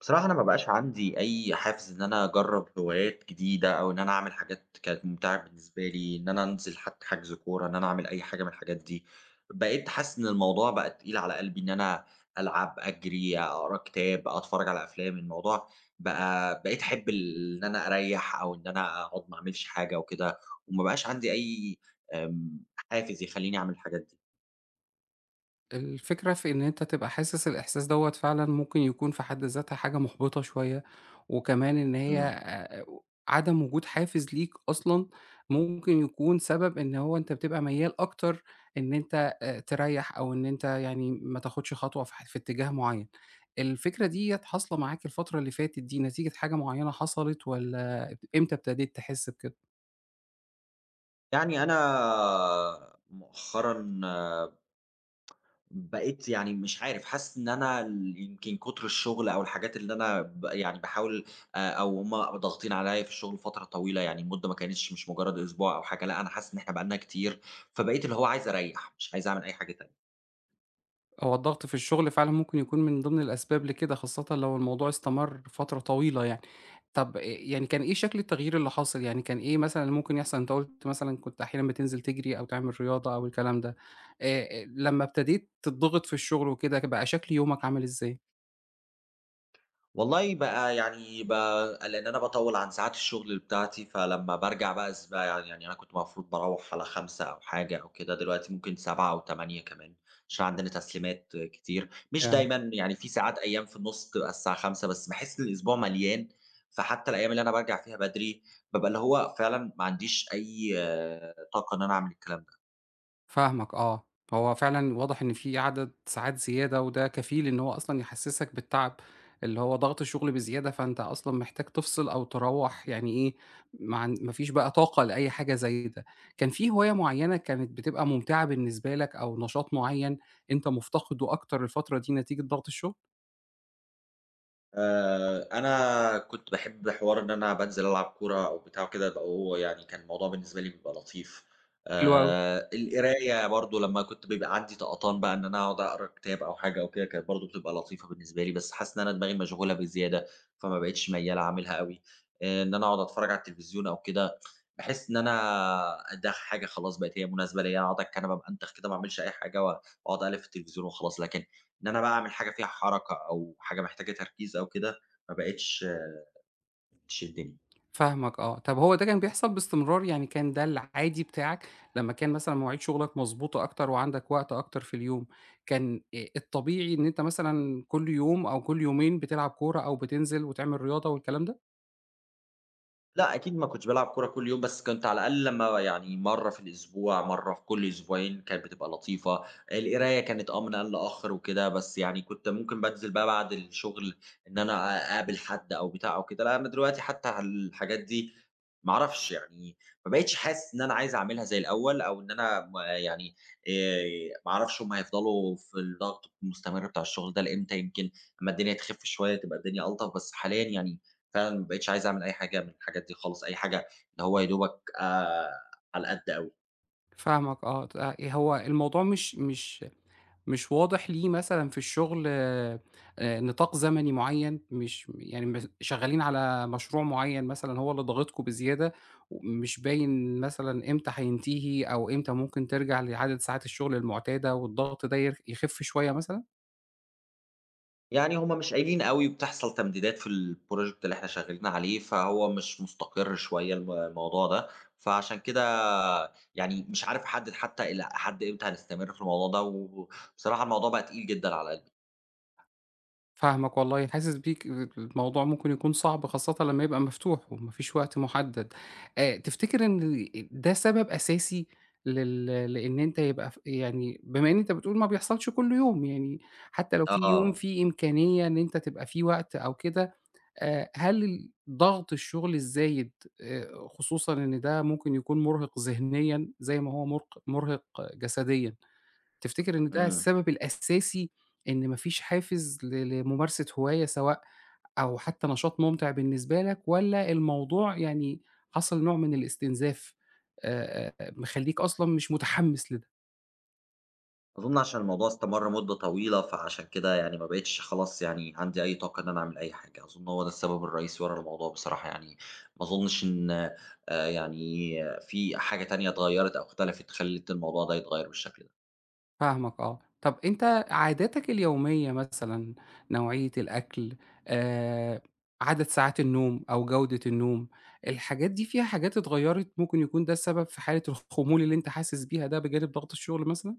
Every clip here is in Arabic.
بصراحة أنا ما بقاش عندي أي حافز إن أنا أجرّب هوايات جديدة أو إن أنا أعمل حاجات كانت ممتعة بالنسبة لي، إن أنا أنزل حتّى حجز كورة، إن أنا أعمل أي حاجة من الحاجات دي. بقيت حاسس إن الموضوع بقى تقيل على قلبي إن أنا ألعب، أجري، أقرا كتاب، أتفرّج على أفلام، الموضوع بقى بقيت أحب إن أنا أريّح أو إن أنا أقعد ما أعملش حاجة وكده وما بقاش عندي أي آمم حافز يخلّيني أعمل الحاجات دي. الفكرة في إن أنت تبقى حاسس الإحساس دوّة فعلًا ممكن يكون في حد ذاتها حاجة محبطة شوية، وكمان إن هي إمم. عدم وجود حافز ليك أصلًا ممكن يكون سبب إن هو أنت بتبقى ميّال أكتر إن أنت تريّح أو إن أنت يعني ما تاخدش خطوة في في اتجاه معيّن. الفكرة ديّة حاصلة معاك الفترة اللي فاتت دي نتيجة حاجة معيّنة حصلت والّا إمتى ابتديت تحس بكده؟ يعني أنا مؤخرًا بقيت يعني مش عارف، حاسس إن أنا يمكن كُتر الشغل أو الحاجات اللي أنا يعني باحاول أو هُم ضاغطين عليّا في الشغل فترة طويلة، يعني المدة ما كانتش مش مجرّد أسبوع أو حاجة، لأ أنا حاسس إن إحنا بقى لنا كتير، فبقيت اللي هو عايز أريّح، مش عايز أعمل أي حاجة تانية. هو الضغط في الشغل فعلًا ممكن يكون من ضمن الأسباب لكده، خاصةً لو الموضوع استمر فترة طويلة يعني. طب يعني كان إيه شكل التغيير اللي حاصل، يعني كان إيه مثلًا اللي ممكن يحصل؟ أنت قُلت مثلًا كنت أحيانًا بتنزل تجري أو تعمل رياضة أو الكلام ده، لمّا ابتديت تضغط في الشغل وكده، بقى شكل يومك عامل إزاي؟ والله بقى يعني بقى لأن أنا باطوّل عن ساعات الشغل بتاعتي، فلمّا بارجع بقى بقى يعني أنا كنت المفروض باروّح على 17:00 أو حاجة أو كده، دلوقتي ممكن 19:00 أو 20:00 كمان، عشان عندنا تسليمات كتير. مش دايمًا، يعني في ساعات أيام في النُص بتبقى الساعة 17:00 بس باحس إن الأسبوع مليان، فحتى الأيام اللي أنا بارجع فيها بدري، بابقى اللي هو فعلًا ما عنديش أي طاقة إن أنا أعمل الكلام ده. فاهمك آه. هو فعلًا واضح إن في عدد ساعات زيادة، وده كفيل إن هو أصلًا يحسسك بالتعب، اللي هو ضغط الشغل بزيادة، فأنت أصلًا محتاج تفصل أو تروّح يعني إيه، ما فيش بقى طاقة لأي حاجة زي ده. كان في هواية معينة كانت بتبقى ممتعة بالنسبة لك أو نشاط معين أنت مفتقده أكتر الفترة دي نتيجة ضغط الشغل؟ أنا كنت باحب حوار إن أنا بانزل ألعب كورة أو بتاع وكده، يبقى هو يعني كان الموضوع بالنسبة لي بيبقى لطيف. حلو أوي. القراية برضه لمّا كنت بيبقى عندي طقطان بقى إن أنا أقعد أقرا كتاب أو حاجة أو كده، كانت برضه بتبقى لطيفة بالنسبة لي، بس حاسس إن أنا دماغي مشغولة بزيادة، فما بقيتش ميّالة أعملها أوي. إن أنا أقعد أتفرج على التلفزيون أو كده، باحس إن أنا ده حاجة خلاص بقت هي مناسبة ليّا، أقعد على الكنبة بانتخ كده ما اعملش أي حاجة و واقعد أقلب في التلفزيون وخلاص، لكن إن أنا بقى أعمل حاجة فيها حركة أو حاجة محتاجة تركيز أو كده، ما بقتش تشدّني. فاهمك آه. طب هو ده كان بيحصل باستمرار؟ يعني كان ده العادي بتاعك لمّا كان مثلًا مواعيد شغلك مضبوطة أكتر وعندك وقت أكتر في اليوم، كان الطبيعي إن أنت مثلًا كل يوم أو كل يومين بتلعب كورة أو بتنزل وتعمل رياضة والكلام ده؟ لأ، أكيد ما كنتش بالعب كورة كل يوم، بس كنت على الأقل لمّا يعني مرّة في الأسبوع، مرّة في كل أسبوعين، كانت بتبقى لطيفة. القراية كانت من آن لآخر وكده، بس يعني كنت ممكن بانزل بقى بعد الشغل إن أنا أقابل حد أو بتاع أو كده، لأ أنا دلوقتي حتى على الحاجات دي ما أعرفش يعني ما بقيتش حاسس إن أنا عايز أعملها زي الأول، أو إن أنا يعني آآ ما أعرفش هُم هيفضلوا في الضغط المستمر بتاع الشغل ده لإمتى، يمكن أمّا الدنيا تخِف شوية تبقى الدنيا ألطف، بس حاليًا يعني فعلًا ما بقيتش عايز أعمل أي حاجة من الحاجات دي خالص، أي حاجة اللي هو يا دوبك على قد أوي، فاهمك آه. آه، إيه هو الموضوع مش مش واضح ليه مثلًا في الشغل نطاق زمني معيّن، مش يعني شغّالين على مشروع معيّن مثلًا هو اللي ضاغطكم بزيادة، ومش باين مثلًا إمتى هينتهي أو إمتى ممكن ترجع لعدد ساعات الشغل المعتادة والضغط ده يخف شوية مثلًا؟ يعني هُم مش قايلين أوي وبتحصل تمديدات في الproject اللي إحنا شغالين عليه، فهو مش مستقر شوية الموضوع ده، فعشان كده يعني مش عارف أحدد حتى إلى حد إمتى هنستمر في الموضوع ده، وبصراحة الموضوع بقى تقيل جدًا على قلبي. فاهمك والله، حاسس بيك، الموضوع ممكن يكون صعب خاصةً لمّا يبقى مفتوح وما فيش وقت محدد. تفتكر إن ده سبب أساسي لإن أنت يبقى يعني بما إن أنت بتقول ما بيحصلش كل يوم، يعني حتى لو في يوم آه. في إمكانية إن أنت تبقى فيه وقت أو كده، هل ضغط الشغل الزايد آآ خصوصًا إن ده ممكن يكون مُرهق ذهنيًا زي ما هو مُرهق جسديًا تفتكر إن ده إمم. السبب الأساسي إن ما فيش حافز لممارسة هواية سواء أو حتى نشاط مُمتع بالنسبة لك والّا الموضوع يعني حصل نوع من الاستنزاف، مخلّيك أصلًا مش متحمّس لده؟ أظن عشان الموضوع استمر مدة طويلة، فعشان كده يعني ما بقيتش خلاص يعني عندي أي طاقة إن أنا أعمل أي حاجة، أظن هو ده السبب الرئيسي ورا الموضوع بصراحة يعني، ما أظنش إن يعني في حاجة تانية اتغيّرت أو اختلفت خلِّت الموضوع ده يتغيّر بالشكل ده. فاهمك آه. طَب أنت عاداتك اليومية مثلًا، نوعية الأكل، آآ، عدد ساعات النوم أو جودة النوم، الحاجات دي فيها حاجات اتغيّرت ممكن يكون ده السبب في حالة الخمول اللي أنت حاسس بيها ده بجانب ضغط الشغل مثلًا؟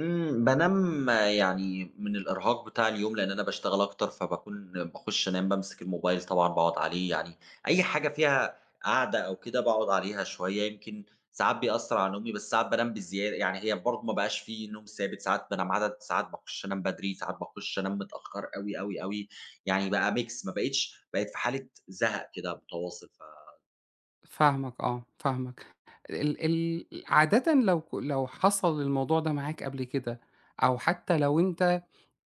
إمم، بانام يعني من الإرهاق بتاع اليوم، لإن أنا باشتغل أكتر، فباكون باخُش أنام بامسك الموبايل طبعًا باقعد عليه، يعني أي حاجة فيها قعدة أو كده باقعد عليها شوية، يمكن ساعات بيأثّر على نومي، بس ساعات بانام بزيادة، يعني هي برضه ما بقاش في نوم ثابت، ساعات بانام عدد ساعات باخُش أنام بدري، ساعات باخُش أنام متأخّر أوي، أوي، أوي، يعني بقى mix ما بقيتش بقيت في حالة زهق كده متواصل فاهمك آه، فاهمك. ال ال عادةً لو حصل الموضوع ده معاك قبل كده، أو حتى لو أنت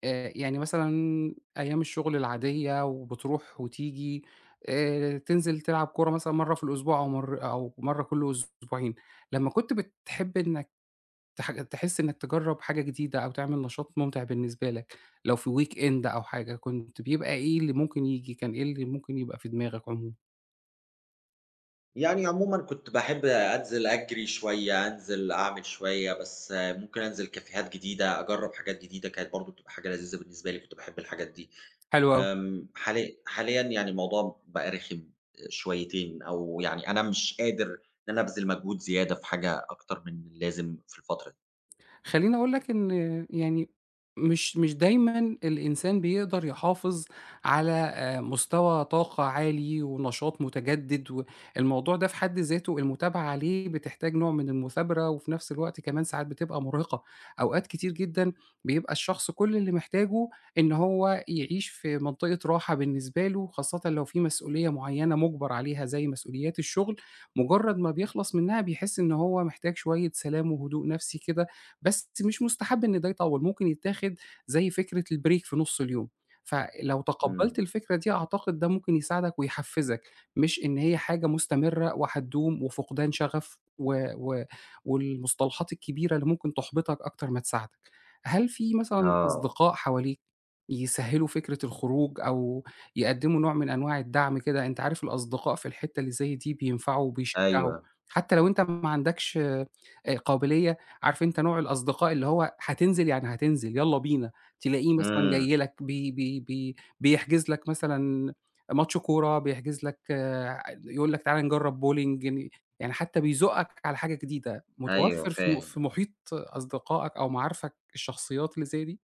يعني مثلًا أيام الشغل العادية وبتروح وتيجي تنزل تلعب كورة مثلًا مرّة في الأسبوع أو مر أو مرّة كل أسبوعين، لمّا كنت بتحب إنك تحس إنك تجرّب حاجة جديدة أو تعمل نشاط ممتع بالنسبة لك، لو في weekend أو حاجة، كنت بيبقى إيه اللي ممكن ييجي، كان إيه اللي ممكن يبقى في دماغك عمومًا؟ يعني عمومًا كنت باحب أنزل أجري شوية، أنزل أعمل شوية، بس ممكن أنزل كافيهات جديدة، أجرّب حاجات جديدة، كانت برضه بتبقى حاجة لذيذة بالنسبة لي، كنت باحب الحاجات دي. حلو أوي. حاليًا حاليًا يعني الموضوع بقى رخم شويتين، أو يعني أنا مش قادر إن أنا أبذل مجهود زيادة في حاجة أكتر من اللازم في الفترة دي. خلّيني أقول لك إن يعني مش دايمًا الإنسان بيقدر يحافظ على مستوى طاقة عالي ونشاط متجدد، والموضوع ده في حد ذاته المتابعة عليه بتحتاج نوع من المثابرة، وفي نفس الوقت كمان ساعات بتبقى مرهقة. أوقات كتير جدًا بيبقى الشخص كل اللي محتاجه إن هو يعيش في منطقة راحة بالنسبة له، خاصةً لو في مسؤولية معينة مُجبر عليها زي مسؤوليات الشغل، مجرد ما بيخلص منها بيحس إن هو محتاج شوية سلام وهدوء نفسي كده، بس مش مستحب إن ده يطوّل، ممكن يتاخد زي فكرة الbreak في نُص اليوم، فلو تقبّلت إمم. الفكرة دي أعتقد ده ممكن يساعدك ويحفّزك، مش إن هي حاجة مستمرة وهتدوم وفقدان شغف و والمصطلحات الكبيرة اللي ممكن تحبطك أكتر ما تساعدك. هل في مثلًا آه. أصدقاء حواليك يسهّلوا فكرة الخروج أو يقدّموا نوع من أنواع الدعم كده؟ أنت عارف الأصدقاء في الحتّة اللي زي دي بينفعوا وبيشجّعوا، أيوه. حتّى لو أنت ما عندكش قابلية، عارف أنت نوع الأصدقاء اللي هو هتنزل يعني هتنزل، يالّا بينا، تلاقيه مثلًا إمم. جاي لك بي بي بي بيحجز لك مثلًا ماتش كورة، بيحجز لك آه، يقول لك تعالَ نجرّب bowling يعني حتى بيزُقّك على حاجة جديدة، أيوه، متوفّر في في فاهم. محيط أصدقائك أو معارفك الشخصيات اللي زي دي؟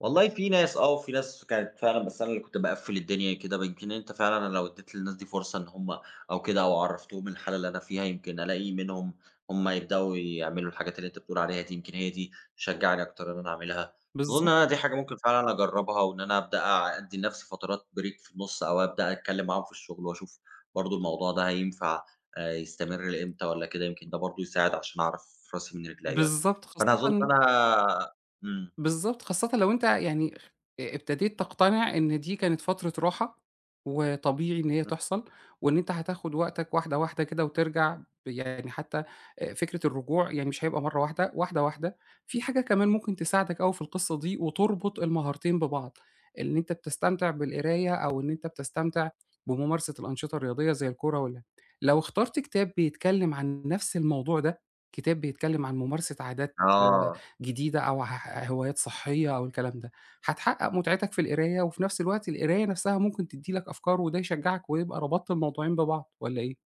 والله في ناس آه، وفي ناس كانت فعلًا بس أنا اللي كنت باقفّل الدنيا كده، يمكن أنت فعلًا انا لو ادّيت للناس دي فرصة إن هم أو كده أو عرّفتهم الحالة اللي أنا فيها، يمكن ألاقي منهم هم يبدؤوا يعملوا الحاجات اللي أنت بتقول عليها دي، يمكن هي دي تشجّعني أكتر إن أنا أعملها. أظن إن أنا بالضبط، دي حاجة ممكن فعلًا أجرّبها وإن أنا أبدأ أدّي لنفسي فترات break في النُص أو أبدأ أتكلّم معاهم في الشغل وأشوف برضه الموضوع ده هينفع يستمر لإمتى والّا كده، يمكن ده برضه يساعد عشان أعرف راسي من رجليّا. بالضبط، فأنا أظن خاصةً إن أنا، إمم. بالضبط، خاصةً لو أنت يعني ابتديت تقتنع إن دي كانت فترة راحة، وطبيعي إن هي إمم. تحصل، وإن أنت هتاخد وقتك واحدة، واحدة كده يعني حتى فكرة الرجوع يعني مش هيبقى مرّة واحدة، واحدة، واحدة. في حاجة كمان ممكن تساعدك أوي في القصة دي وتربط المهارتين ببعض، إن أنت بتستمتع بالقراية أو إن أنت بتستمتع بممارسة الأنشطة الرياضية زي الكورة لو اخترت كتاب بيتكلم عن نفس الموضوع ده، كتاب بيتكلم عن ممارسة عادات آه. جديدة أو هوايات صحية أو الكلام ده، هتحقق متعتك في القراية وفي نفس الوقت القراية نفسها ممكن تدّي لك أفكار وده يشجعك ويبقى ربطت الموضوعين ببعض والّا إيه؟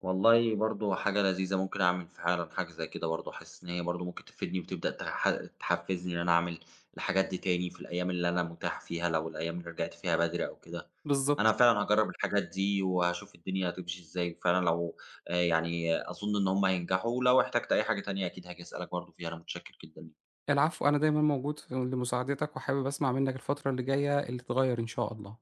والله برضه حاجة لذيذة ممكن أعمل فعلًا حاجة زي كده برضه، حاسس إن هي برضه ممكن تفيدني وتبدأ تحفزني إن أنا أعمل الحاجات دي تاني في الأيام اللي أنا متاح فيها، لو الأيام اللي رجعت فيها بدري أو كده. بالضبط. أنا فعلًا هاجرّب الحاجات دي وهاشوف الدنيا هتمشي إزاي، وفعلًا لو يعني أظن إن هم هينجحوا، ولو احتجت أي حاجة تانية أكيد هاجي أسألك برضه فيها، أنا متشكر جدًا ليك. العفو، أنا دايمًا موجود لمساعدتك وحابب أسمع منّك الفترة اللي جاية اللي تتغيّر إن شاء الله.